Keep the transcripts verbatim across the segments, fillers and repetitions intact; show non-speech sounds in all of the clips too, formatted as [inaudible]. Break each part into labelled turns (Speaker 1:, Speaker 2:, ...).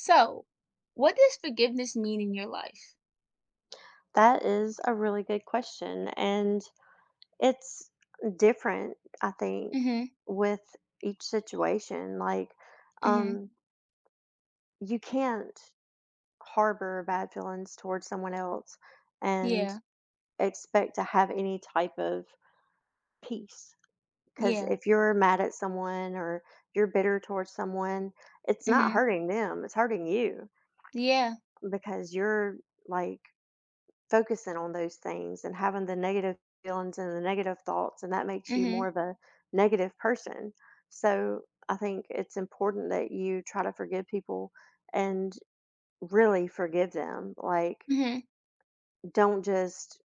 Speaker 1: So, what does forgiveness mean in your life?
Speaker 2: That is a really good question, and it's different, I think,
Speaker 1: Mhm.
Speaker 2: with each situation. Like,
Speaker 1: Mhm.
Speaker 2: um, you can't harbor bad feelings towards someone else and
Speaker 1: Yeah.
Speaker 2: expect to have any type of peace. Because
Speaker 1: Yeah.
Speaker 2: if you're mad at someone or you're bitter towards someone, it's not
Speaker 1: Mhm.
Speaker 2: hurting them, it's hurting you
Speaker 1: Yeah.
Speaker 2: because you're like focusing on those things and having the negative feelings and the negative thoughts, and that makes you more
Speaker 1: Mhm.
Speaker 2: of a negative person. So I think it's important that you try to forgive people and really forgive them. Like,
Speaker 1: Mhm.
Speaker 2: don't just,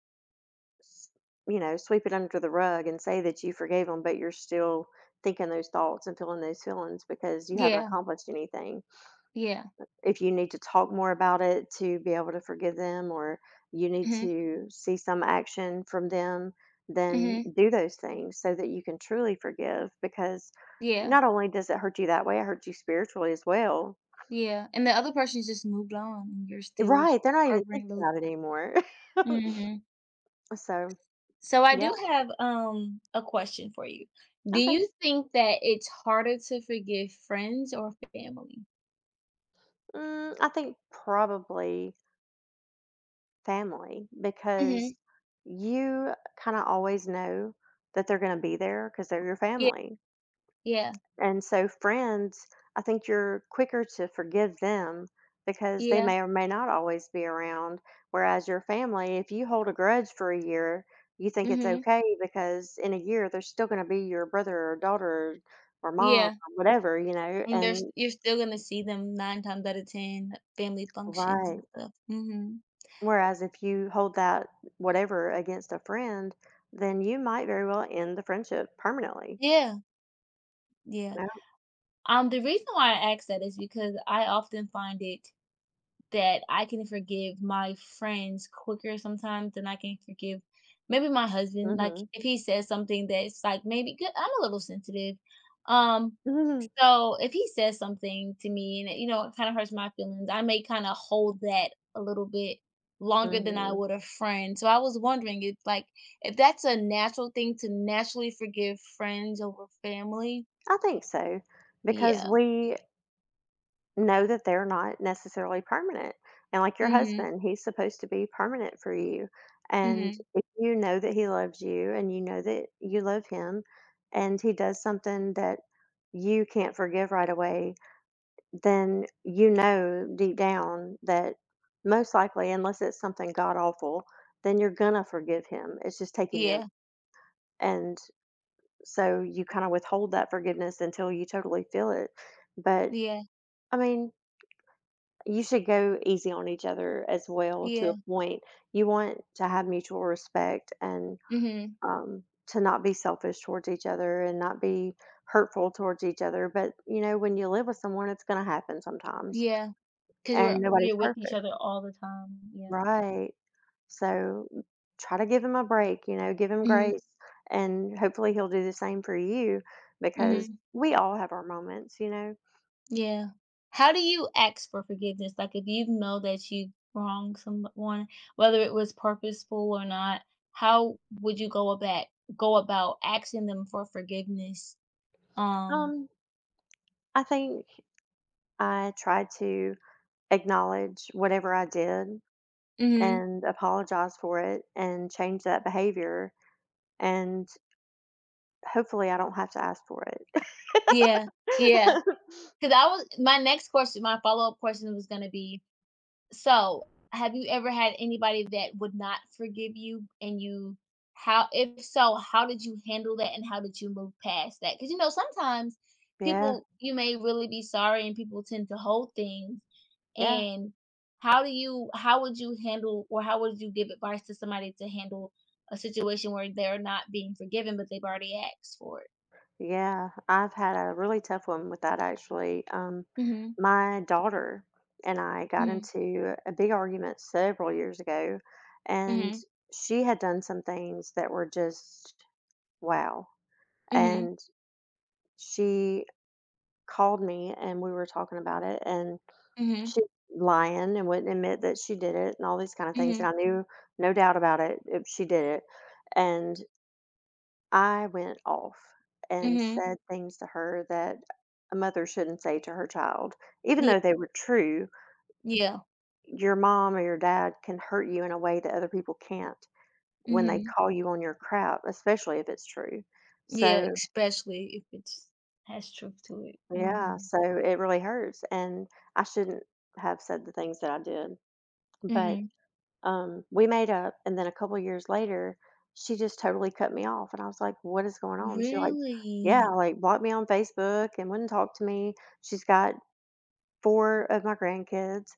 Speaker 2: s- you know, sweep it under the rug and say that you forgave them, but you're still thinking those thoughts and feeling those feelings because you haven't
Speaker 1: Yeah.
Speaker 2: accomplished anything.
Speaker 1: Yeah.
Speaker 2: If you need to talk more about it to be able to forgive them or you need
Speaker 1: Mhm.
Speaker 2: to see some action from them, then
Speaker 1: Mhm.
Speaker 2: do those things so that you can truly forgive because
Speaker 1: Yeah.
Speaker 2: not only does it hurt you that way, it hurts you spiritually as well.
Speaker 1: Yeah. And the other person's just moved on and you're still
Speaker 2: Right, they're not even
Speaker 1: harboring
Speaker 2: thinking
Speaker 1: those.
Speaker 2: about it anymore. [laughs]
Speaker 1: Mhm.
Speaker 2: So,
Speaker 1: So, I
Speaker 2: yeah,
Speaker 1: do have um a question for you. Do
Speaker 2: okay.
Speaker 1: you think that it's harder to forgive friends or family?
Speaker 2: Mm, I think probably family because
Speaker 1: Mhm.
Speaker 2: you kind of always know that they're going to be there because they're your
Speaker 1: Yeah.
Speaker 2: family.
Speaker 1: Yeah.
Speaker 2: And so friends, I think you're quicker to forgive them because they
Speaker 1: Yeah.
Speaker 2: may or may not always be around. Whereas your family, if you hold a grudge for a year, you think it's
Speaker 1: Mhm.
Speaker 2: okay because in a year they're still going to be your brother or daughter or mom
Speaker 1: Yeah.
Speaker 2: or whatever, you know.
Speaker 1: And there's
Speaker 2: And
Speaker 1: you're still gonna see them nine times out of ten at family functions
Speaker 2: right.
Speaker 1: and stuff. Mhm.
Speaker 2: Whereas if you hold that whatever against a friend, then you might very well end the friendship permanently.
Speaker 1: Yeah, yeah.
Speaker 2: Yeah.
Speaker 1: Um, the reason why I ask that is because I often find it that I can forgive my friends quicker sometimes than I can forgive maybe my husband. Like,
Speaker 2: Mhm.
Speaker 1: if he says something that's, like, maybe 'cau I'm a little sensitive. um,
Speaker 2: Mhm.
Speaker 1: So, if he says something to me and it, you know, it kinda hurts my feelings, I may kinda hold that a little bit longer than I
Speaker 2: Mhm.
Speaker 1: would a friend. So I was wondering if like if that's a natural thing to naturally forgive friends over family.
Speaker 2: [laughs] I think so because
Speaker 1: Yeah.
Speaker 2: we know that they're not necessarily permanent. And like your
Speaker 1: Mhm.
Speaker 2: husband, he's supposed to be permanent for you. And
Speaker 1: Mhm.
Speaker 2: if you know that he loves you and you know that you love him and he does something that you can't forgive right away, then you know deep down that most likely, unless it's something god awful, then you're gonna forgive him. It's just taking you.
Speaker 1: Yeah.
Speaker 2: And so you kind of withhold that forgiveness until you totally feel it. But
Speaker 1: Yeah.
Speaker 2: I mean, you should go easy on each other as well to a
Speaker 1: Yeah.
Speaker 2: point. You want to have mutual respect and
Speaker 1: Hmm.
Speaker 2: um, to not be selfish towards each other and not be hurtful towards each other. But, you know, when you live with someone, it's going to happen sometimes
Speaker 1: Yeah. Because Yeah.
Speaker 2: and
Speaker 1: 'Cause we're
Speaker 2: nobody's
Speaker 1: we're with each
Speaker 2: perfect.
Speaker 1: other all the time. Yeah.
Speaker 2: Right. So try to give him a break, you know, give him
Speaker 1: Mhm.
Speaker 2: grace. And hopefully he'll do the same for you because
Speaker 1: Mhm.
Speaker 2: we all have our moments, you know.
Speaker 1: Yeah. How do you ask for forgiveness? Like, if you know that you wronged someone, whether it was purposeful or not, how would you go about go about asking them for forgiveness? Um,
Speaker 2: Um, I think I try to acknowledge whatever I did
Speaker 1: mhm.
Speaker 2: and apologize for it and change that behavior. And hopefully, I don't have to ask for
Speaker 1: Yeah. Yeah.
Speaker 2: it. [laughs]
Speaker 1: Cuz I was my next question, my follow-up question was going to be. So, have you ever had anybody that would not forgive you and you how if so, how did you handle that and how did you move past that? Because you know, sometimes
Speaker 2: Yeah,
Speaker 1: people you may really be sorry and people tend to hold things
Speaker 2: yeah,
Speaker 1: and how do you how would you handle or how would you give advice to somebody to handle a situation where they're not being forgiven but they've already asked for it?
Speaker 2: yeah. I've had a really tough one with that actually. Um,
Speaker 1: Mhm.
Speaker 2: my daughter and I got
Speaker 1: Mhm.
Speaker 2: into a big argument several years ago, and
Speaker 1: Mhm.
Speaker 2: she had done some things that were just wow.
Speaker 1: Mhm.
Speaker 2: And she called me and we were talking about it, and
Speaker 1: Mhm.
Speaker 2: she lying and wouldn't admit that she did it and all these kind of things, and
Speaker 1: Mhm.
Speaker 2: I knew no doubt about it if she did it, and I went off and
Speaker 1: Mhm.
Speaker 2: said things to her that a mother shouldn't say to her child, even
Speaker 1: Yeah.
Speaker 2: though they were true.
Speaker 1: Yeah.
Speaker 2: Your mom or your dad can hurt you in a way that other people can't when they
Speaker 1: Mhm.
Speaker 2: call you on your crap, especially if it's true.
Speaker 1: Yeah,
Speaker 2: So,
Speaker 1: especially if it's has truth to it.
Speaker 2: yeah,
Speaker 1: Mhm.
Speaker 2: so it really hurts, and I shouldn't have said the things that I did, but
Speaker 1: Mhm.
Speaker 2: Um, we made up, and then a couple years later, she just totally cut me off, and I was like, "What is going on?" She like, yeah,
Speaker 1: Really?
Speaker 2: like blocked me on Facebook and wouldn't talk to me. She's got four of my grandkids,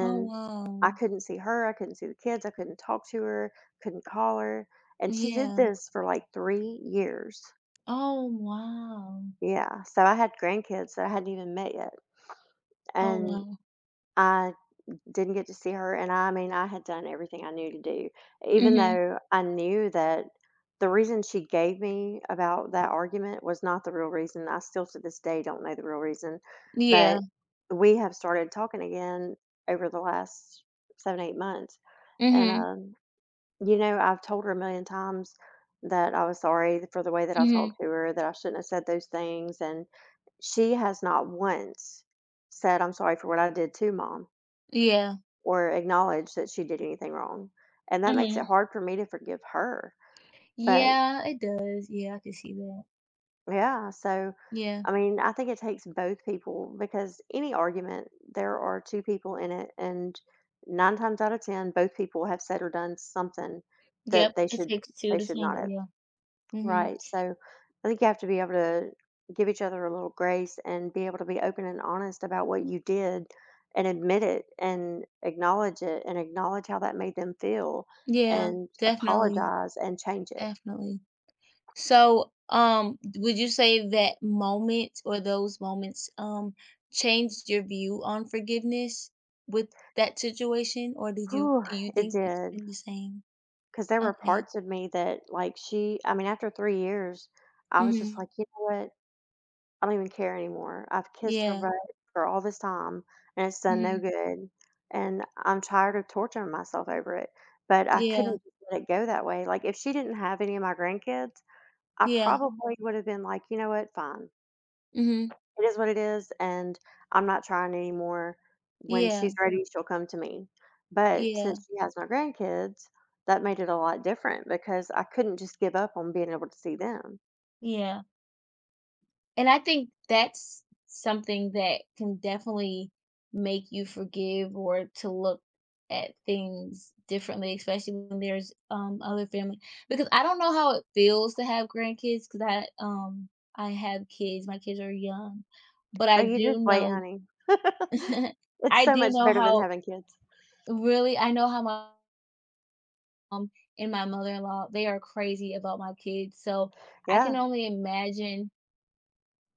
Speaker 1: Oh, wow.
Speaker 2: I couldn't see her. I couldn't see the kids. I couldn't talk to her. Couldn't call her. And she did
Speaker 1: Yeah.
Speaker 2: this for like three years.
Speaker 1: Oh, wow.
Speaker 2: Yeah. So I had grandkids that I hadn't even met yet,
Speaker 1: Oh,
Speaker 2: and
Speaker 1: wow.
Speaker 2: I didn't get to see her, and I mean, I had done everything I knew to do, even
Speaker 1: Mhm.
Speaker 2: though I knew that the reason she gave me about that argument was not the real reason. I still to this day don't know the real reason,
Speaker 1: Yeah.
Speaker 2: but we have started talking again over the last seven, eight months, and,
Speaker 1: Mhm.
Speaker 2: um, you know, I've told her a million times that I was sorry for the way that I talked
Speaker 1: Mhm.
Speaker 2: to her, that I shouldn't have said those things, and she has not once said, "I'm sorry for what I did to mom."
Speaker 1: Yeah.
Speaker 2: or acknowledge that she did anything wrong. And that makes it
Speaker 1: Mhm.
Speaker 2: hard for me to forgive her. But
Speaker 1: Yeah, it does. Yeah, I can see that.
Speaker 2: yeah, so
Speaker 1: Yeah.
Speaker 2: I mean, I think it takes both people because any argument, there are two people in it, and nine times out of ten, both people have said or done something that
Speaker 1: Yep.
Speaker 2: they
Speaker 1: It
Speaker 2: should
Speaker 1: takes two
Speaker 2: they
Speaker 1: to
Speaker 2: should not
Speaker 1: tango.
Speaker 2: have.
Speaker 1: Yeah. Mhm.
Speaker 2: Right. So I think you have to be able to give each other a little grace and be able to be open and honest about what you did and admit it and acknowledge it and acknowledge how that made them feel
Speaker 1: Yeah.
Speaker 2: and
Speaker 1: Definitely.
Speaker 2: apologize and change it.
Speaker 1: Definitely. So, um, would you say that moment or those moments um changed your view on forgiveness with that situation, or did you
Speaker 2: Whew,
Speaker 1: do you
Speaker 2: it
Speaker 1: think it's
Speaker 2: did.
Speaker 1: been the same?
Speaker 2: Because there were
Speaker 1: Okay.
Speaker 2: parts of me that, like, she, I mean, after three years, I was just
Speaker 1: Mhm.
Speaker 2: like, you know what? I don't even care anymore. I've kissed her
Speaker 1: Yeah.
Speaker 2: butt for all this time, and it's done no
Speaker 1: Mhm.
Speaker 2: good, and I'm tired of torturing myself over it, but I
Speaker 1: Yeah.
Speaker 2: couldn't just let it go that way. Like, if she didn't have any of my grandkids, I
Speaker 1: Yeah.
Speaker 2: probably would have been like, "You know what? Fine.
Speaker 1: Mhm.
Speaker 2: It is what it is, and I'm not trying anymore. When she's
Speaker 1: Yeah.
Speaker 2: ready, she'll come to me." But
Speaker 1: Yeah.
Speaker 2: since she has my grandkids, that made it a lot different because I couldn't just give up on being able to see them.
Speaker 1: Yeah. And I think that's something that can definitely make you forgive or to look at things differently, especially when there's, um, other family because I don't know how it feels to have grandkids, because I, um I have kids, my kids are young, but
Speaker 2: Oh,
Speaker 1: I
Speaker 2: you
Speaker 1: do
Speaker 2: just wait,
Speaker 1: know
Speaker 2: honey. [laughs]
Speaker 1: [laughs]
Speaker 2: It's
Speaker 1: I
Speaker 2: so
Speaker 1: do
Speaker 2: much
Speaker 1: know
Speaker 2: better than
Speaker 1: how
Speaker 2: having kids.
Speaker 1: really, I know how my mom and my mother-in-law, they are crazy about my kids, so I
Speaker 2: Yeah,
Speaker 1: can only imagine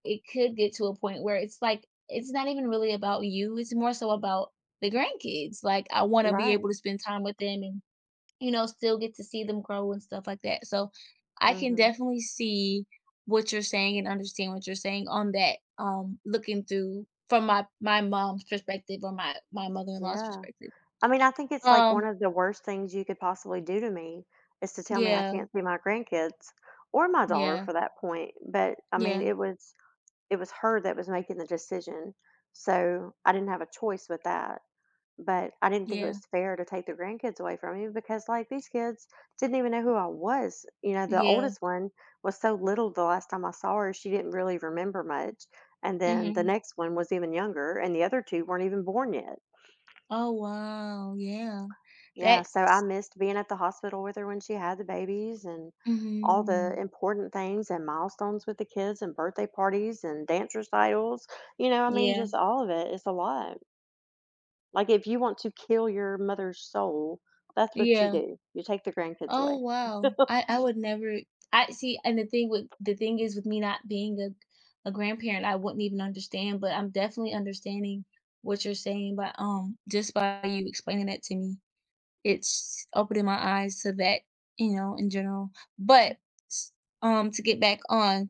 Speaker 1: it could get to a point where it's like it's not even really about you, it's more so about the grandkids. Like, I wanna be
Speaker 2: right.
Speaker 1: able to spend time with them and, you know, still get to see them grow and stuff like that. So, I can
Speaker 2: Mhm.
Speaker 1: definitely see what you're saying and understand what you're saying on that, um, looking through from my my mom's perspective or my my mother-in-law's
Speaker 2: Yeah.
Speaker 1: perspective.
Speaker 2: I mean, I think it's like one
Speaker 1: Um,
Speaker 2: of the worst things you could possibly do to me is to tell me I
Speaker 1: yeah,
Speaker 2: can't see my grandkids or my daughter
Speaker 1: yeah,
Speaker 2: for that point, but I mean,
Speaker 1: yeah,
Speaker 2: it was it was her that was making the decision, so I didn't have a choice with that. But I didn't think it
Speaker 1: yeah,
Speaker 2: was fair to take the grandkids away from me because like these kids didn't even know who I was. You know, the
Speaker 1: yeah,
Speaker 2: oldest one was so little the last time I saw her, she didn't really remember much. And then the
Speaker 1: mhm.
Speaker 2: next one was even younger and the other two weren't even born yet.
Speaker 1: Oh, wow, yeah.
Speaker 2: Yeah, so I
Speaker 1: That's
Speaker 2: missed being at the hospital with her when she had the babies and all the
Speaker 1: Mhm,
Speaker 2: important things and milestones with the kids and birthday parties and dance recitals. You know, I mean
Speaker 1: yeah.
Speaker 2: just all of it. It's a lot. Like, if you want to kill your mother's soul, that's what you
Speaker 1: Yeah.
Speaker 2: do. You take the grandkids
Speaker 1: Oh,
Speaker 2: away.
Speaker 1: wow.
Speaker 2: [laughs]
Speaker 1: I I would never. I see, and the thing with the thing is with me not being a a grandparent, I wouldn't even understand, but I'm definitely understanding what you're saying by, um, just by you explaining that to me. It's opening my eyes to that, you know, in general. But s- um to get back on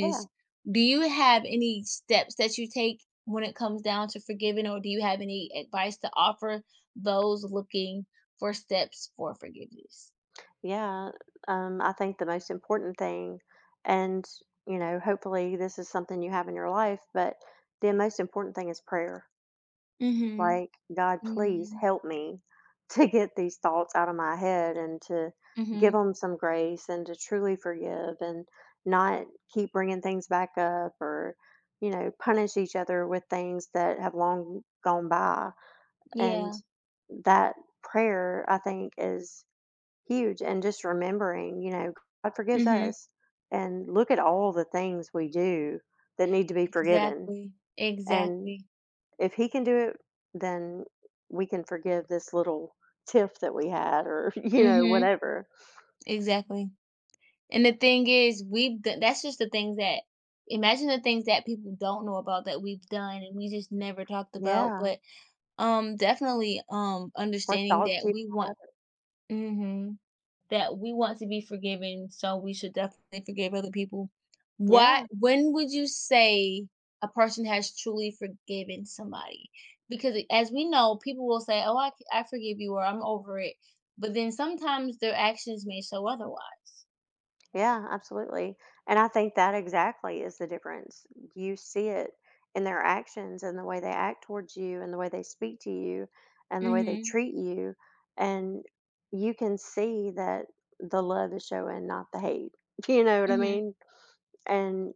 Speaker 2: Yeah,
Speaker 1: do you have any steps that you take when it comes down to forgiving or do you have any advice to offer those looking for steps for forgiveness?
Speaker 2: yeah, um, I think the most important thing and, you know, hopefully this is something you have in your life, but the most important thing is prayer.
Speaker 1: Mhm.
Speaker 2: Like, God, please
Speaker 1: Mhm.
Speaker 2: help me [laughs] to get these thoughts out of my head and to give
Speaker 1: Mhm.
Speaker 2: them some grace and to truly forgive and not keep bringing things back up or, you know, punish each other with things that have long gone by. And
Speaker 1: Yeah.
Speaker 2: that prayer, I think, is huge. And just remembering, you know, God forgives
Speaker 1: Mhm.
Speaker 2: us and look at all the things we do that need to be forgiven.
Speaker 1: Exactly.
Speaker 2: And
Speaker 1: Exactly.
Speaker 2: if he can do it, then we can forgive this little tiff that we had or, [laughs] you know,
Speaker 1: Mhm.
Speaker 2: whatever.
Speaker 1: Exactly. And the thing is, we've do that's just the things that imagine the things that people don't know about that we've done and we just never talked about,
Speaker 2: Yeah,
Speaker 1: but, um, definitely, um,
Speaker 2: or
Speaker 1: understanding
Speaker 2: thoughts
Speaker 1: that
Speaker 2: you.
Speaker 1: we want. Mhm. That we want to be forgiven, so we should definitely forgive other people. What
Speaker 2: Yeah,
Speaker 1: when would you say a person has truly forgiven somebody? Because as we know, people will say, "Oh, I I forgive you," or "I'm over it," but then sometimes their actions may show otherwise.
Speaker 2: yeah, absolutely, and I think that exactly is the difference. You see it in their actions and the way they act towards you and the way they speak to you and the way they
Speaker 1: Mhm,
Speaker 2: treat you, and you can see that the love is showing, not the hate. [laughs] You know what I
Speaker 1: mhm.
Speaker 2: mean? And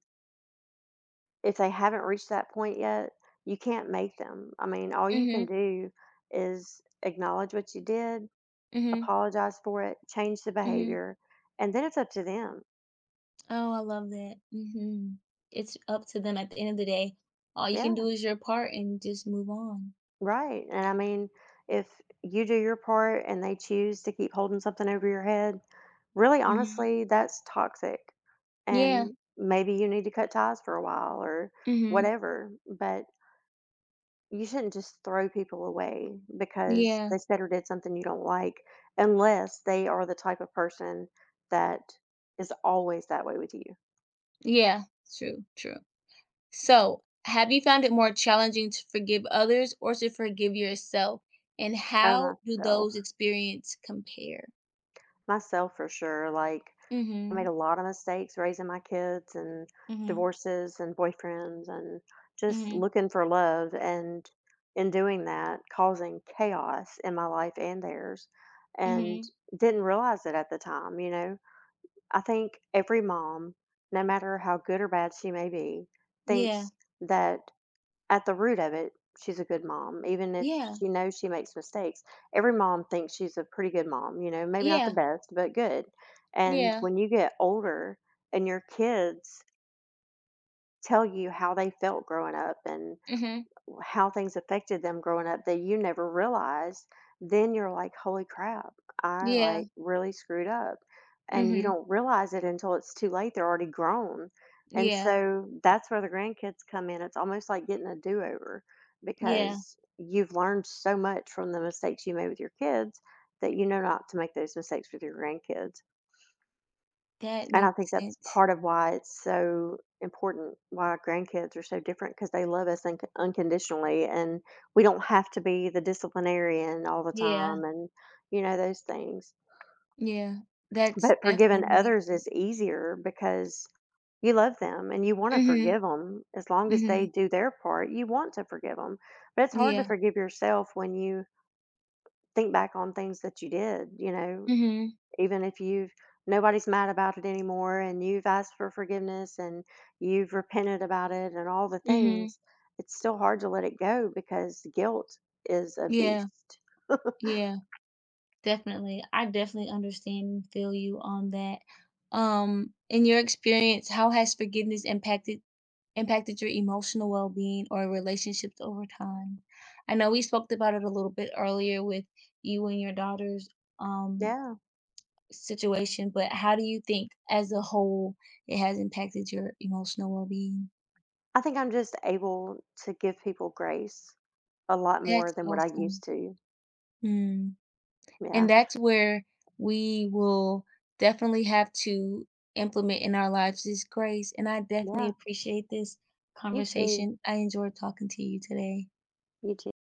Speaker 2: if they haven't reached that point yet, you can't make them. I mean, all you can
Speaker 1: Mhm,
Speaker 2: do is acknowledge what you did,
Speaker 1: mhm,
Speaker 2: apologize for it, change the
Speaker 1: mhm.
Speaker 2: behavior, and then it's up to them.
Speaker 1: Oh, I love that. Mhm. It's up to them at the end of the day. All you can
Speaker 2: Yeah,
Speaker 1: do is your part and just move on.
Speaker 2: right. And I mean, if you do your part and they choose to keep holding something over your head, really
Speaker 1: Mhm.
Speaker 2: honestly, that's toxic.
Speaker 1: Yeah.
Speaker 2: And maybe you need to cut ties for a while or
Speaker 1: Mhm.
Speaker 2: whatever. But you shouldn't just throw people away because
Speaker 1: Yeah.
Speaker 2: they said or did something you don't like unless they are the type of person that is always that way with you.
Speaker 1: Yeah. True, true. So, have you found it more challenging to forgive others or to forgive yourself? And
Speaker 2: Oh,
Speaker 1: how do
Speaker 2: myself,
Speaker 1: those experience compare?
Speaker 2: myself for sure. Like, I made
Speaker 1: Mhm.
Speaker 2: a lot of mistakes raising my kids and
Speaker 1: Mhm.
Speaker 2: divorces and boyfriends and just
Speaker 1: Mhm.
Speaker 2: looking for love. And in doing that, causing chaos in my life and theirs and
Speaker 1: Mhm.
Speaker 2: didn't realize it at the time, you know? I think every mom, no matter how good or bad she may be,
Speaker 1: Yeah.
Speaker 2: thinks that at the root of it, she's a good mom. Even if
Speaker 1: Yeah.
Speaker 2: she knows she makes mistakes, every mom thinks she's a pretty good mom, you know, maybe not the
Speaker 1: Yeah.
Speaker 2: best, but good. And
Speaker 1: Yeah.
Speaker 2: when you get older and your kids tell you how they felt growing up and
Speaker 1: Mhm.
Speaker 2: how things affected them growing up that you never realized, then you're like, "Holy crap, I,
Speaker 1: Yeah.
Speaker 2: like, really screwed up." And you
Speaker 1: Mhm.
Speaker 2: don't realize it until it's too late, they're already grown. And
Speaker 1: Yeah.
Speaker 2: so that's where the grandkids come in, it's almost like getting a do-over
Speaker 1: Yeah.
Speaker 2: because you've learned so much from the mistakes you made with your kids that you know not to make those mistakes with your grandkids.
Speaker 1: That
Speaker 2: And I think
Speaker 1: makes
Speaker 2: that's
Speaker 1: sense.
Speaker 2: part of why it's so important, why our grandkids are so different, because they love us unc unconditionally, and we don't have to be the disciplinarian all the
Speaker 1: Yeah.
Speaker 2: time and, you know, those things.
Speaker 1: Yeah, that's
Speaker 2: But forgiving
Speaker 1: definitely makes
Speaker 2: others
Speaker 1: sense.
Speaker 2: is easier because you love them and you want to
Speaker 1: Mhm,
Speaker 2: forgive them. As long as they
Speaker 1: mhm,
Speaker 2: do their part, you want to forgive them. But it's hard to
Speaker 1: yeah,
Speaker 2: forgive yourself when you think back on things that you did, you know,
Speaker 1: mhm,
Speaker 2: even if you've nobody's mad about it anymore and you've asked for forgiveness and you've repented about it and all the
Speaker 1: mhm,
Speaker 2: things, it's still hard to let it go because guilt is a
Speaker 1: yeah,
Speaker 2: beast.
Speaker 1: yeah. Definitely. I definitely understand and feel you on that. Um, in your experience, how has forgiveness impacted impacted your emotional well-being or relationships over time? I know we spoke about it a little bit earlier with you and your daughters, um
Speaker 2: Yeah.
Speaker 1: situation, but how do you think as a whole it has impacted your emotional well-being?
Speaker 2: I think I'm just able to give people grace a lot more
Speaker 1: That's
Speaker 2: than what I
Speaker 1: awesome.
Speaker 2: used to.
Speaker 1: Mm. And
Speaker 2: Yeah.
Speaker 1: that's where we will definitely have to implement in our lives is grace. And I
Speaker 2: Yeah.
Speaker 1: definitely appreciate this
Speaker 2: You too.
Speaker 1: conversation. I enjoyed talking to you today.
Speaker 2: You too.